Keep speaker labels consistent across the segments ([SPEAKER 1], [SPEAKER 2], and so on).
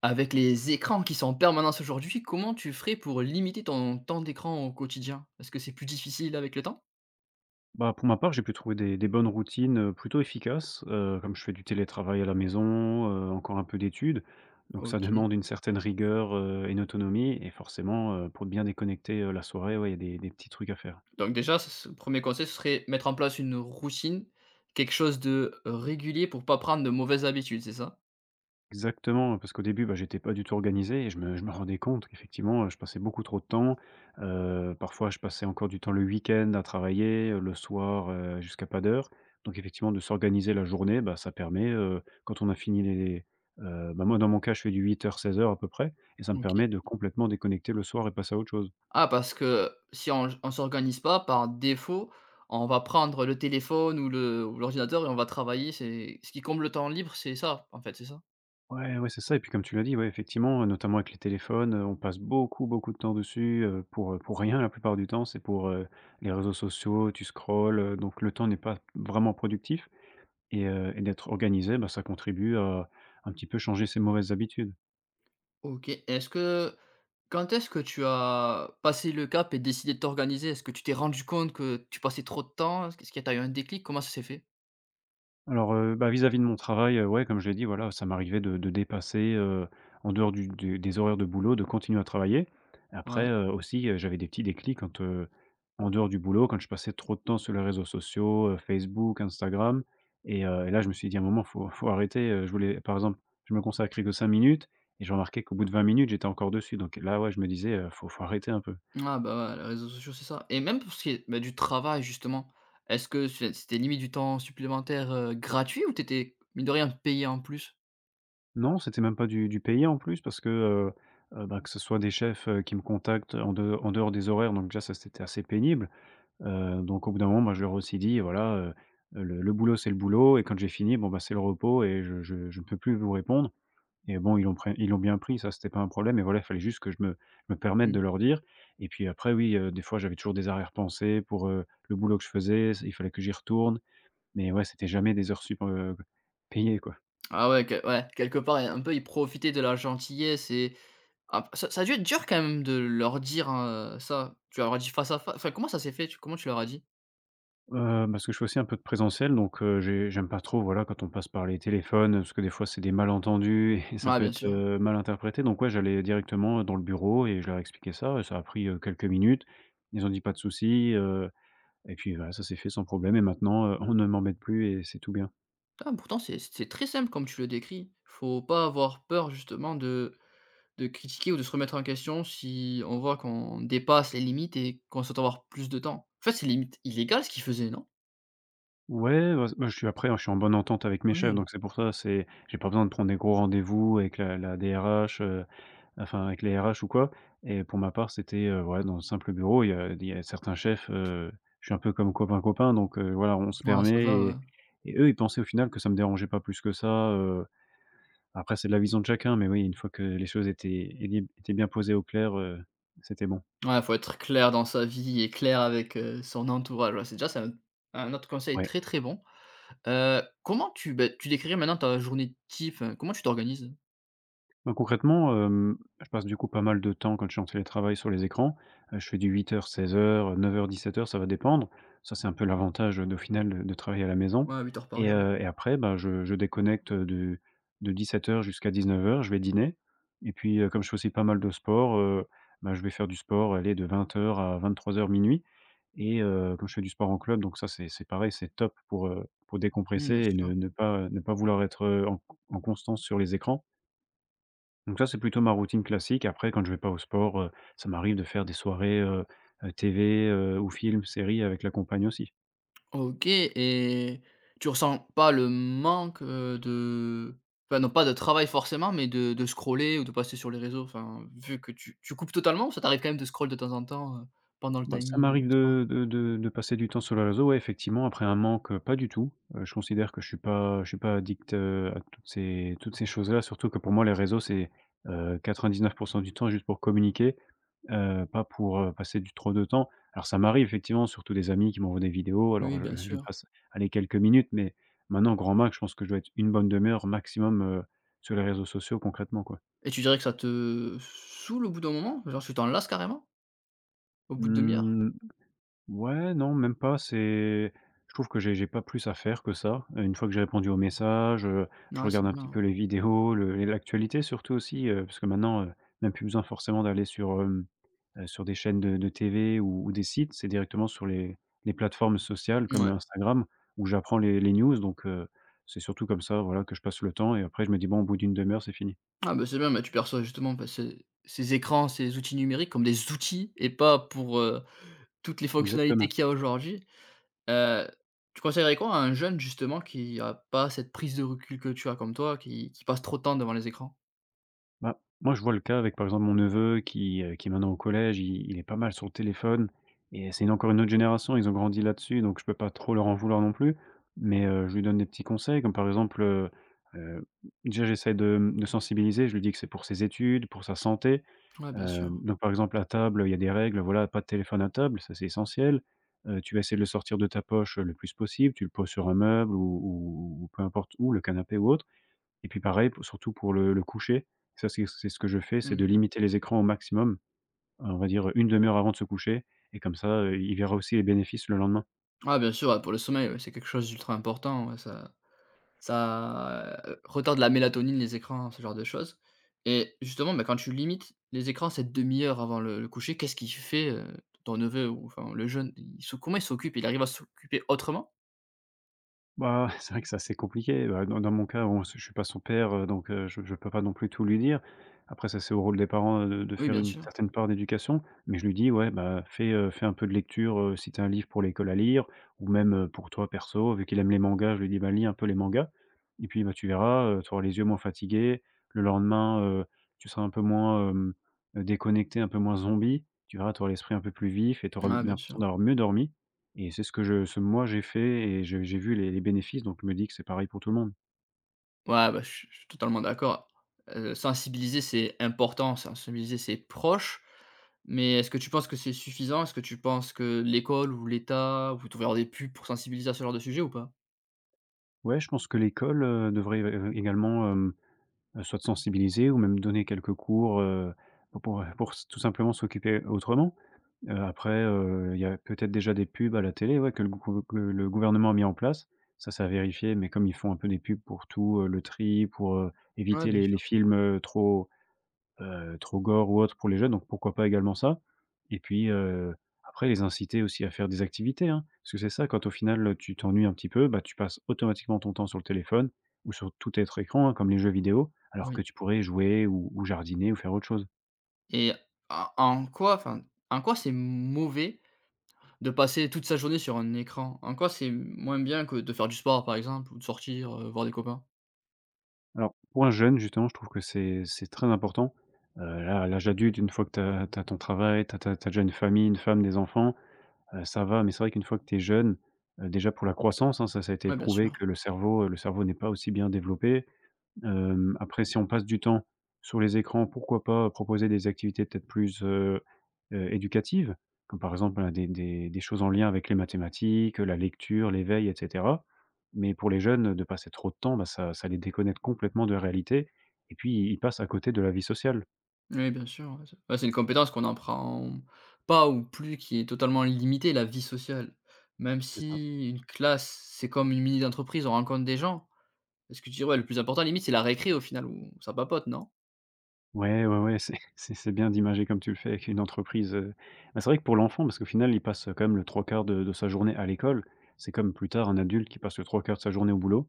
[SPEAKER 1] Avec les écrans qui sont en permanence aujourd'hui, comment tu ferais pour limiter ton temps d'écran au quotidien? Est-ce que c'est plus difficile avec le temps?
[SPEAKER 2] Bah, pour ma part, j'ai pu trouver des bonnes routines, plutôt efficaces, comme je fais du télétravail à la maison, encore un peu d'études, donc ça
[SPEAKER 1] OK.
[SPEAKER 2] demande une certaine rigueur, et une autonomie et forcément, pour bien déconnecter, la soirée, ouais, il y a des petits trucs à faire.
[SPEAKER 1] Donc déjà, ce 1er conseil, ce serait mettre en place une routine, quelque chose de régulier pour pas prendre de mauvaises habitudes, c'est ça?
[SPEAKER 2] Exactement, parce qu'au début, bah, j'étais pas du tout organisé et je me rendais compte qu'effectivement, je passais beaucoup trop de temps. Parfois, je passais encore du temps le week-end à travailler, le soir, jusqu'à pas d'heure. Donc effectivement, de s'organiser la journée, bah, ça permet, quand on a fini les bah, moi, dans mon cas, je fais du 8h-16h à peu près et ça me
[SPEAKER 1] OK.
[SPEAKER 2] permet de complètement déconnecter le soir et passer à autre chose.
[SPEAKER 1] Ah, parce que si on s'organise pas, par défaut, on va prendre le téléphone ou l'ordinateur et on va travailler. C'est ce qui comble le temps libre, c'est ça, en fait, c'est ça?
[SPEAKER 2] Ouais, ouais, c'est ça et puis comme tu l'as dit, ouais, effectivement, notamment avec les téléphones, on passe beaucoup, beaucoup de temps dessus, pour rien la plupart du temps. C'est pour, les réseaux sociaux, tu scrolles, donc le temps n'est pas vraiment productif et d'être organisé, bah, ça contribue à un petit peu changer ses mauvaises habitudes.
[SPEAKER 1] OK. Est-ce que quand est-ce que tu as passé le cap et décidé de t'organiser? Est-ce que tu t'es rendu compte que tu passais trop de temps? Est-ce que tu as eu un déclic? Comment ça s'est fait?
[SPEAKER 2] Alors, bah, vis-à-vis de mon travail, ouais, comme je l'ai dit, voilà, ça m'arrivait de dépasser, en dehors du des horaires de boulot, de continuer à travailler. Après,
[SPEAKER 1] Ouais.
[SPEAKER 2] aussi, j'avais des petits déclics quand, en dehors du boulot, quand je passais trop de temps sur les réseaux sociaux, Facebook, Instagram et là, je me suis dit: «À un moment, faut arrêter», je voulais par exemple, je me consacrais que 5 minutes et je remarquais qu'au bout de 20 minutes, j'étais encore dessus donc là, ouais, je me disais: «Faut arrêter un peu».
[SPEAKER 1] Ah, bah, ouais, les réseaux sociaux, c'est ça et même pour ce qui est, bah, du travail, justement, est-ce que c'était limite du temps supplémentaire, gratuit ou t'étais étais, mine de rien, payé en plus?
[SPEAKER 2] Non, c'était même pas du payé en plus parce que, bah, que ce soit des chefs, qui me contactent en dehors des horaires, donc déjà ça c'était assez pénible. Donc au bout d'un moment, moi je leur ai aussi dit: «Voilà, le boulot c'est le boulot et quand j'ai fini, bon, bah, c'est le repos et je ne peux plus vous répondre» et bon, ils l'ont bien pris, ça c'était pas un problème et voilà, il fallait juste que je me permette de leur dire et puis après oui, des fois j'avais toujours des arrière-pensées pour, le boulot que je faisais, il fallait que j'y retourne mais ouais, c'était jamais des heures sup, payées, quoi.
[SPEAKER 1] Ah ouais, que ouais, quelque part, un peu, ils profitaient de la gentillesse et ap ça ça a dû être dur quand même de leur dire, ça. Tu leur as dit face à face enfin, comment ça s'est fait? Tu comment tu leur as dit?
[SPEAKER 2] Parce que je fais aussi un peu de présentiel, donc j'aime pas trop, voilà, quand on passe par les téléphones, parce que des fois, c'est des malentendus et ça
[SPEAKER 1] Ah
[SPEAKER 2] peut
[SPEAKER 1] bien
[SPEAKER 2] être,
[SPEAKER 1] sûr.
[SPEAKER 2] mal interprété. Donc ouais, j'allais directement dans le bureau et je leur expliquais ça et ça a pris, quelques minutes. Ils ont dit: «Pas de souci», et puis voilà, ça s'est fait sans problème et maintenant, on ne m'embête plus et c'est tout bien.
[SPEAKER 1] Ah, pourtant, c'est très simple comme tu le décris. Faut pas avoir peur justement de critiquer ou de se remettre en question si on voit qu'on dépasse les limites et qu'on souhaite avoir plus de temps. En fait, c'est limite illégal ce qu'ils faisaient, non?
[SPEAKER 2] Ouais, bah, bah, je suis après, hein, je suis en bonne entente avec mes chefs,
[SPEAKER 1] Oui.
[SPEAKER 2] donc c'est pour ça, c'est j'ai pas besoin de prendre des gros rendez-vous avec la DRH, enfin, avec les RH ou quoi et pour ma part, c'était, ouais, dans un simple bureau. Il y a certains chefs, je suis un peu comme copain, copain, donc voilà, on se
[SPEAKER 1] Ouais, ça
[SPEAKER 2] permet
[SPEAKER 1] va, ouais.
[SPEAKER 2] et eux, ils pensaient au final que ça me dérangeait pas plus que ça, après c'est de la vision de chacun, mais oui, une fois que les choses étaient bien posées au clair, c'était bon.
[SPEAKER 1] Ouais, faut être clair dans sa vie et clair avec, son entourage. Ouais, c'est déjà, c'est un autre conseil
[SPEAKER 2] Ouais.
[SPEAKER 1] très, très bon. Comment tu décrirais maintenant ta journée type, comment tu t'organises?
[SPEAKER 2] Bah, concrètement, je passe du coup pas mal de temps quand je suis en télétravail sur les écrans. Je fais du huit heures, 16h, 9h, 17h, ça va dépendre. Ça, c'est un peu l'avantage, au final de travailler à la maison
[SPEAKER 1] Ouais, 8 heures par jour.
[SPEAKER 2] et après, bah, je déconnecte, de 17h jusqu'à 19h. Je vais dîner et puis, comme je fais aussi pas mal de sport, bah, je vais faire du sport, aller de 20h à 23h minuit. Et comme je fais du sport en club, donc ça, c'est pareil, c'est top pour
[SPEAKER 1] Mmh,
[SPEAKER 2] décompresser
[SPEAKER 1] bien
[SPEAKER 2] et
[SPEAKER 1] sûr.
[SPEAKER 2] ne ne pas ne pas vouloir être, en constance sur les écrans. Donc ça, c'est plutôt ma routine classique. Après, quand je vais pas au sport, ça m'arrive de faire des soirées, TV, ou films, séries avec la compagne aussi.
[SPEAKER 1] OK et tu ressens pas le manque, de enfin non pas de travail forcément, mais de scroller ou de passer sur les réseaux, enfin, vu que tu coupes totalement ou ça t'arrive quand même de scroll de temps en temps, pendant le
[SPEAKER 2] Bah, ça
[SPEAKER 1] timing,
[SPEAKER 2] m'arrive
[SPEAKER 1] soir?
[SPEAKER 2] de passer du temps sur les réseaux, ouais, effectivement. Après un manque, pas du tout. Je considère que je suis pas addict, à toutes ces choses-là, surtout que pour moi les réseaux c'est, quatre vingt 99 du temps juste pour communiquer, pas pour, passer du trop de temps. Alors ça m'arrive effectivement, surtout des amis qui m'envoient des vidéos, alors
[SPEAKER 1] Oui,
[SPEAKER 2] je
[SPEAKER 1] bien
[SPEAKER 2] je
[SPEAKER 1] sûr
[SPEAKER 2] passe, allez, quelques minutes, mais maintenant grand max, je pense que je dois être une bonne demi-heure maximum, sur les réseaux sociaux concrètement, quoi.
[SPEAKER 1] et tu dirais que ça te saoule au bout d'un moment? Genre tu t'en lasses carrément? Au bout de demi heure?
[SPEAKER 2] Mmh. Ouais, non, même pas, c'est je trouve que j'ai pas plus à faire que ça. Une fois que j'ai répondu aux messages, je
[SPEAKER 1] Ouais, c'est
[SPEAKER 2] regarde un petit
[SPEAKER 1] bien,
[SPEAKER 2] peu les vidéos, le et l'actualité surtout aussi, parce que maintenant, même plus besoin forcément d'aller sur, sur des chaînes de TV ou des sites. C'est directement sur les plateformes sociales comme
[SPEAKER 1] ouais.
[SPEAKER 2] Instagram où j'apprends les news donc c'est surtout comme ça, voilà, que je passe le temps et après je me dis: «Bon, au bout d'une demi heure, c'est fini».
[SPEAKER 1] Ah bah, c'est bien, bah, tu perçois justement bah, ces écrans, ces outils numériques comme des outils et pas pour, toutes les fonctionnalités
[SPEAKER 2] Exactement.
[SPEAKER 1] qu'il y a aujourd'hui. Heu, tu conseillerais quoi à un jeune justement qui a pas cette prise de recul que tu as comme toi, qui passe trop de temps devant les écrans?
[SPEAKER 2] Bah, moi, je vois le cas avec, par exemple, mon neveu qui est maintenant au collège, il est pas mal sur le téléphone et c'est encore une autre génération, ils ont grandi là-dessus, donc je peux pas trop leur en vouloir non plus. Mais, je lui donne des petits conseils comme, par exemple, heu, déjà j'essaie de, de sensibiliser, je lui dis que c'est pour ses études, pour sa santé.
[SPEAKER 1] Ouais, bien sûr.
[SPEAKER 2] Donc par exemple, à table, il y a des règles, voilà, pas de téléphone à table, ça c'est essentiel. Tu vas essayer de le sortir de ta poche, le plus possible, tu le poses sur un meuble ou ou peu importe où, le canapé ou autre. Et puis pareil, pou surtout pour le coucher, ça c'est ce que je fais, c'est
[SPEAKER 1] Mmh.
[SPEAKER 2] de limiter les écrans au maximum, on va dire une demi heure avant de se coucher et comme ça, il verra aussi les bénéfices le lendemain.
[SPEAKER 1] Ouais, bien sûr, ouais, pour le sommeil, ouais, c'est quelque chose d'ultra important, ouais, ça, ça retardent la mélatonine, les écrans, ce genre de choses et justement, bah, quand tu limites les écrans cette demi heure avant le coucher, qu'est-ce qu'il fait, ton neveu ou enfin le jeune? Il se comment il s'occupe? Il arrive à s'occuper autrement?
[SPEAKER 2] Bah, c'est vrai que c'est assez compliqué. Bah, dans mon cas, bon, je suis pas son père, donc je peux pas non plus tout lui dire. Après ça, c'est au rôle des parents, de
[SPEAKER 1] Oui,
[SPEAKER 2] faire
[SPEAKER 1] bien
[SPEAKER 2] une
[SPEAKER 1] sûr.
[SPEAKER 2] certaine part d'éducation, mais je lui dis: «Ouais, bah, fais, fais un peu de lecture, si tu as un livre pour l'école à lire ou même, pour toi perso», vu qu'il aime les mangas, je lui dis: «Bah, lis un peu les mangas et puis, bah, tu verras, tu auras les yeux moins fatigués. Le lendemain, tu seras un peu moins, déconnecté, un peu moins zombie. Tu verras, tu auras l'esprit un peu plus vif et tu auras
[SPEAKER 1] Ouais, bien
[SPEAKER 2] l'impression
[SPEAKER 1] sûr.
[SPEAKER 2] d'avoir mieux dormi». Et c'est ce que je ce moi j'ai fait et je j'ai vu les bénéfices, donc je me dis que c'est pareil pour tout le monde.
[SPEAKER 1] Ouais, bah, je suis totalement d'accord. Sensibiliser, c'est important, sensibiliser c'est proche mais est-ce que tu penses que c'est suffisant? Est-ce que tu penses que l'école ou l'État vous il avoir des pubs pour sensibiliser à ce genre de sujet ou pas?
[SPEAKER 2] Ouais, je pense que l'école, devrait, également, soit sensibiliser ou même donner quelques cours, pour s tout simplement s'occuper autrement. Après, il y a peut-être déjà des pubs à la télé, ouais, que le gou que le gouvernement a mis en place. Ça à vérifier, mais comme ils font un peu des pubs pour tout, le tri, pour,
[SPEAKER 1] Ouais,
[SPEAKER 2] éviter
[SPEAKER 1] bien
[SPEAKER 2] les
[SPEAKER 1] sûr.
[SPEAKER 2] films, trop trop gore ou autre pour les jeunes, donc pourquoi pas également ça? Et puis, après les inciter aussi à faire des activités, hein. Parce que c'est ça, quand au final, tu t'ennuies un petit peu, bah, tu passes automatiquement ton temps sur le téléphone ou sur tout être écran, hein, comme les jeux vidéo, alors que
[SPEAKER 1] Oui.
[SPEAKER 2] tu pourrais jouer ou jardiner ou faire autre chose.
[SPEAKER 1] Et en quoi, enfin, en quoi c'est mauvais de passer toute sa journée sur un écran? En quoi c'est moins bien que de faire du sport, par exemple, ou de sortir, voir des copains?
[SPEAKER 2] Alors pour un jeune justement, je trouve que c'est très important, là, à l'âge adulte, une fois que tu as ton travail, tu as déjà une famille, une femme, des enfants, ça va, mais c'est vrai qu'une fois que tu es jeune, déjà pour la croissance, hein, ça a été
[SPEAKER 1] Ouais, bien
[SPEAKER 2] prouvé
[SPEAKER 1] sûr.
[SPEAKER 2] que le cerveau n'est pas aussi bien développé. Après si on passe du temps sur les écrans, pourquoi pas proposer des activités peut-être plus, éducatives? Comme par exemple, des choses en lien avec les mathématiques, la lecture, l'éveil et cetera. Mais pour les jeunes, de passer trop de temps, bah, ça les déconnecte complètement de la réalité et puis ils passent à côté de la vie sociale,
[SPEAKER 1] Oui, bien sûr, ouais, c'est une compétence qu'on n'apprend pas ou plus, qui est totalement limitée, la vie sociale. Même
[SPEAKER 2] c'est ça.
[SPEAKER 1] si une classe, c'est comme une mini entreprise, on rencontre des gens. Est-ce que tu dirais, ouais, le plus important limite, c'est la récré au final où ça papote, non?
[SPEAKER 2] Ouais, ouais, ouais, c'est c'est bien d'imager comme tu le fais avec une entreprise, bah, c'est vrai que pour l'enfant, parce qu'au final, il passe, quand même le trois quarts de sa journée à l'école. C'est comme plus tard un adulte qui passe le trois quarts de sa journée au boulot.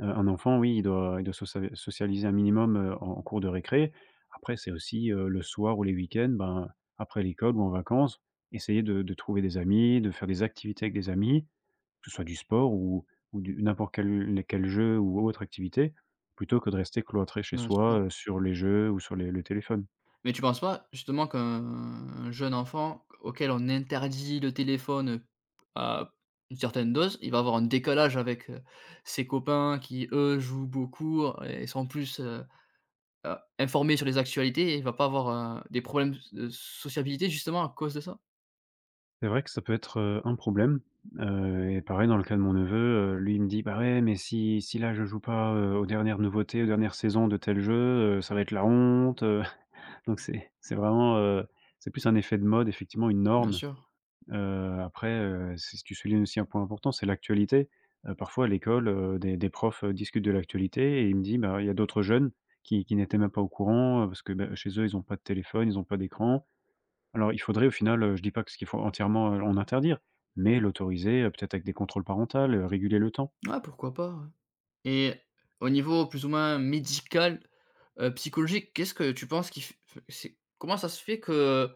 [SPEAKER 2] Un enfant, oui, il doit socialiser un minimum, en en cours de récré. Après, c'est aussi, le soir ou les week-ends, ben, après l'école ou en vacances, essayer de trouver des amis, de faire des activités avec des amis. Que ce soit du sport ou du n'importe quel jeu ou autre activité, plutôt que de rester cloîtré chez
[SPEAKER 1] Bien sûr.
[SPEAKER 2] soi, sur les jeux ou sur les le téléphone.
[SPEAKER 1] Mais tu penses pas justement qu'un jeune enfant auquel on interdit le téléphone à une certaine dose, il va avoir un décalage avec, ses copains qui eux jouent beaucoup et sont plus, informés sur les actualités et il va pas avoir, des problèmes de sociabilité justement à cause de ça?
[SPEAKER 2] C'est vrai que ça peut être, un problème, et pareil dans le cas de mon neveu, lui il me dit: «Bah ouais, mais si là je joue pas, aux dernières nouveautés, aux dernières saisons de tel jeu, ça va être la honte». Donc c'est vraiment, c'est plus un effet de mode, effectivement, une
[SPEAKER 1] Bien
[SPEAKER 2] norme.
[SPEAKER 1] sûr.
[SPEAKER 2] C'est tu soulignes aussi un point important, c'est l'actualité. Parfois à l'école, des profs, discutent de l'actualité et il me dit: «Bah, il y a d'autres jeunes qui n'étaient même pas au courant, parce que, bah, chez eux, ils ont pas de téléphone, ils ont pas d'écran». Alors il faudrait au final, je dis pas que ce qu'il faut entièrement, en interdire, mais l'autoriser, peut-être avec des contrôles parentales, réguler le temps.
[SPEAKER 1] Ouais, pourquoi pas, ouais et au niveau plus ou moins médical, psychologique, qu'est-ce que tu penses qui f c'est comment ça se fait que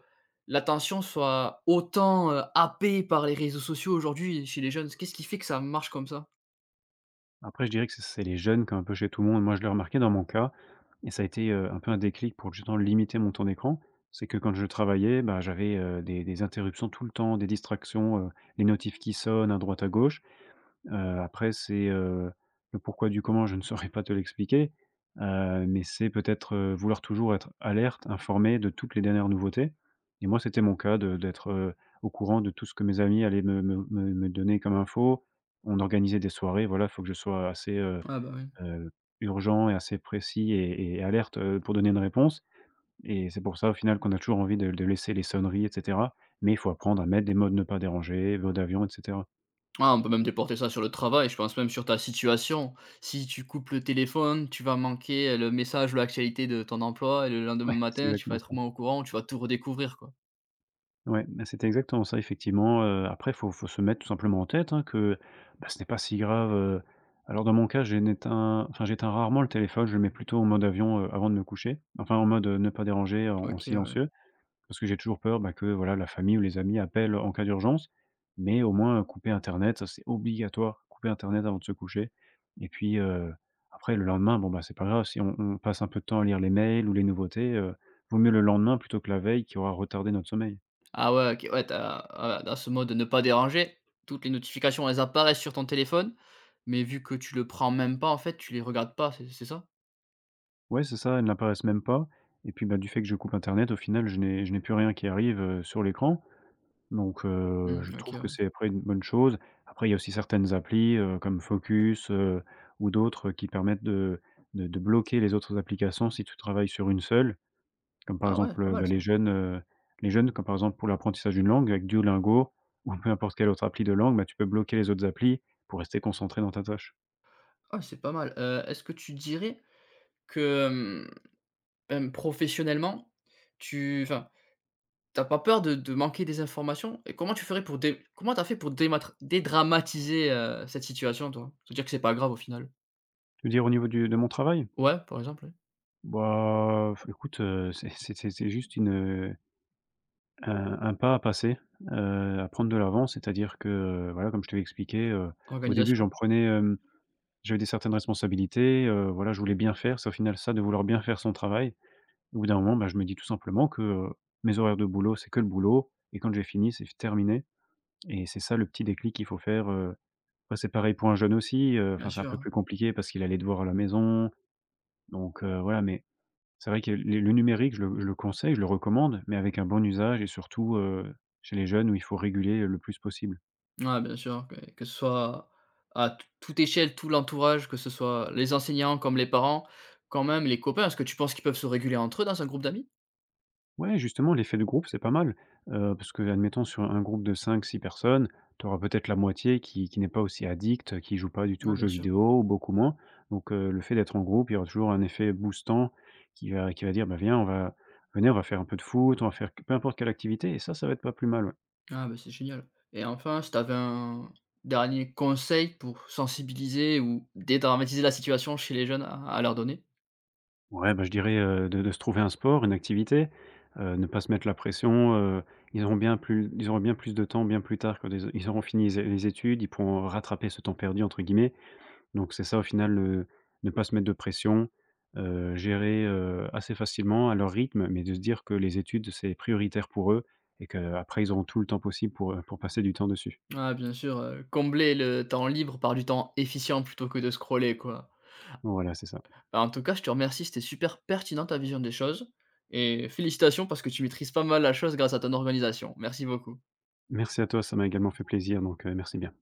[SPEAKER 1] l'attention soit autant, happée par les réseaux sociaux aujourd'hui chez les jeunes? Qu'est-ce qui fait que ça marche comme ça?
[SPEAKER 2] Après, je dirais que c'est les jeunes comme un peu chez tout le monde. Moi, je l'ai remarqué dans mon cas et ça a été, un peu un déclic pour justement limiter mon temps d'écran. C'est que quand je travaillais, bah, j'avais, des interruptions tout le temps, des distractions, les notifs qui sonnent à droite à gauche. Après c'est, le pourquoi du comment, je ne saurais pas te l'expliquer, mais c'est peut-être, vouloir toujours être alerte, informé de toutes les dernières nouveautés et moi, c'était mon cas de d'être, au courant de tout ce que mes amis allaient me donner comme info. On organisait des soirées, voilà, il faut que je sois assez,
[SPEAKER 1] Ah bah, oui.
[SPEAKER 2] heu, urgent et assez précis et alerte, pour donner une réponse et c'est pour ça, au final, qu'on a toujours envie de laisser les sonneries et cetera, mais il faut apprendre à mettre des modes ne pas déranger, mode avion et cetera.
[SPEAKER 1] Ah, on peut même déporter ça sur le travail, je pense même sur ta situation. Si tu coupes le téléphone, tu vas manquer, le message ou l'actualité de ton emploi et le
[SPEAKER 2] Ouais,
[SPEAKER 1] lendemain
[SPEAKER 2] c'est
[SPEAKER 1] matin, tu vas
[SPEAKER 2] exactement
[SPEAKER 1] être
[SPEAKER 2] ça.
[SPEAKER 1] moins au courant, tu vas tout redécouvrir, quoi.
[SPEAKER 2] Ouais, bah, c'était exactement ça effectivement, après il faut se mettre tout simplement en tête, hein, que, bah, ce n'est pas si grave, alors dans mon cas, j'ai n'éteins enfin j'éteins rarement le téléphone, je le mets plutôt en mode avion, avant de me coucher, enfin en mode, ne pas déranger en en
[SPEAKER 1] OK, ouais.
[SPEAKER 2] silencieux, parce que j'ai toujours peur, bah, que voilà la famille ou les amis appellent en cas d'urgence, mais au moins, couper internet, ça c'est obligatoire, couper internet avant de se coucher et puis, après le lendemain, bon, bah, c'est pas grave si on passe un peu de temps à lire les mails ou les nouveautés, vaut mieux le lendemain plutôt que la veille qui aura retardé notre sommeil.
[SPEAKER 1] Ah ouais, OK, ouais, t'as voilà, dans ce mode ne pas déranger, toutes les notifications, elles apparaissent sur ton téléphone, mais vu que tu le prends même pas, en fait, tu les regardes pas, c'est ça?
[SPEAKER 2] Ouais, c'est ça, elles n'apparaissent même pas et puis, bah, du fait que je coupe internet, au final, je n'ai plus rien qui arrive, sur l'écran, donc je
[SPEAKER 1] Mmh, OK,
[SPEAKER 2] trouve que
[SPEAKER 1] ouais.
[SPEAKER 2] c'est après une bonne chose. Après, il y a aussi certaines applis, comme Focus, ou d'autres, qui permettent de bloquer les autres applications si tu travailles sur une seule, comme par
[SPEAKER 1] Ah ouais,
[SPEAKER 2] exemple,
[SPEAKER 1] pas mal
[SPEAKER 2] bah,
[SPEAKER 1] ça.
[SPEAKER 2] les jeunes, comme par exemple pour l'apprentissage d'une langue avec Duolingo ou peu importe quelle autre appli de langue, bah, tu peux bloquer les autres applis pour rester concentré dans ta tâche.
[SPEAKER 1] Ah c'est pas mal. Est-ce que tu dirais que, professionnellement, tu enfin, t'as pas peur de manquer des informations? Et comment tu ferais pour dé comment t'as fait pour dématra dédramatiser, cette situation, toi? Se dire que c'est pas grave au final.
[SPEAKER 2] Tu veux dire au niveau du de mon travail?
[SPEAKER 1] Ouais, par exemple, ouais.
[SPEAKER 2] Bah, f écoute, c'est juste une, un pas à passer, à prendre de l'avant. C'est-à-dire que, voilà, comme je te l'ai expliqué, au début,
[SPEAKER 1] Organisation,
[SPEAKER 2] j'en prenais, j'avais des certaines responsabilités, voilà, je voulais bien faire. C'est au final ça, de vouloir bien faire son travail. Au bout d'un moment, bah, je me dis tout simplement que, mes horaires de boulot, c'est que le boulot et quand j'ai fini, c'est terminé et c'est ça le petit déclic qu'il faut faire, Après c'est pareil pour un jeune aussi, enfin,
[SPEAKER 1] bien
[SPEAKER 2] c'est un
[SPEAKER 1] sûr,
[SPEAKER 2] peu
[SPEAKER 1] ouais.
[SPEAKER 2] plus compliqué parce qu'il allait devoir à la maison, donc voilà, mais c'est vrai que le numérique, je le conseille, je le recommande, mais avec un bon usage et surtout, chez les jeunes où il faut réguler le plus possible.
[SPEAKER 1] Ouais, bien sûr, que ce soit à t toute échelle, tout l'entourage, que ce soit les enseignants comme les parents, quand même les copains. Est-ce que tu penses qu'ils peuvent se réguler entre eux dans un groupe d'amis?
[SPEAKER 2] Ouais, justement, l'effet de groupe, c'est pas mal, parce que, admettons sur un groupe de cinq, six personnes, tu auras peut-être la moitié qui n'est pas aussi addict, qui joue pas du tout aux
[SPEAKER 1] Ouais,
[SPEAKER 2] jeux
[SPEAKER 1] bien sûr.
[SPEAKER 2] vidéo ou beaucoup moins. Donc le fait d'être en groupe, il y aura toujours un effet boostant qui va dire: «Bah, viens, on va venez, on va faire un peu de foot, on va faire peu importe quelle activité» et ça va être pas plus mal, ouais.
[SPEAKER 1] Ah, bah, c'est génial et enfin, si tu avais un dernier conseil pour sensibiliser ou dédramatiser la situation chez les jeunes à leur donner?
[SPEAKER 2] Ouais, bah, je dirais, de se trouver un sport, une activité, ne pas se mettre la pression, ils auront bien plus de temps bien plus tard quand ils auront fini les études, ils pourront «rattraper ce temps perdu» entre guillemets, donc c'est ça au final, ne pas se mettre de pression, gérer, assez facilement à leur rythme, mais de se dire que les études c'est prioritaire pour eux et qu'après ils auront tout le temps possible pour passer du temps dessus.
[SPEAKER 1] Ah, bien sûr, combler le temps libre par du temps efficient plutôt que de scroller, quoi.
[SPEAKER 2] Voilà, c'est ça.
[SPEAKER 1] Bah, en tout cas, je te remercie, c'était super pertinent ta vision des choses et félicitations parce que tu maîtrises pas mal la chose grâce à ton organisation. Merci beaucoup.
[SPEAKER 2] Merci à toi, ça m'a également fait plaisir, donc, merci bien.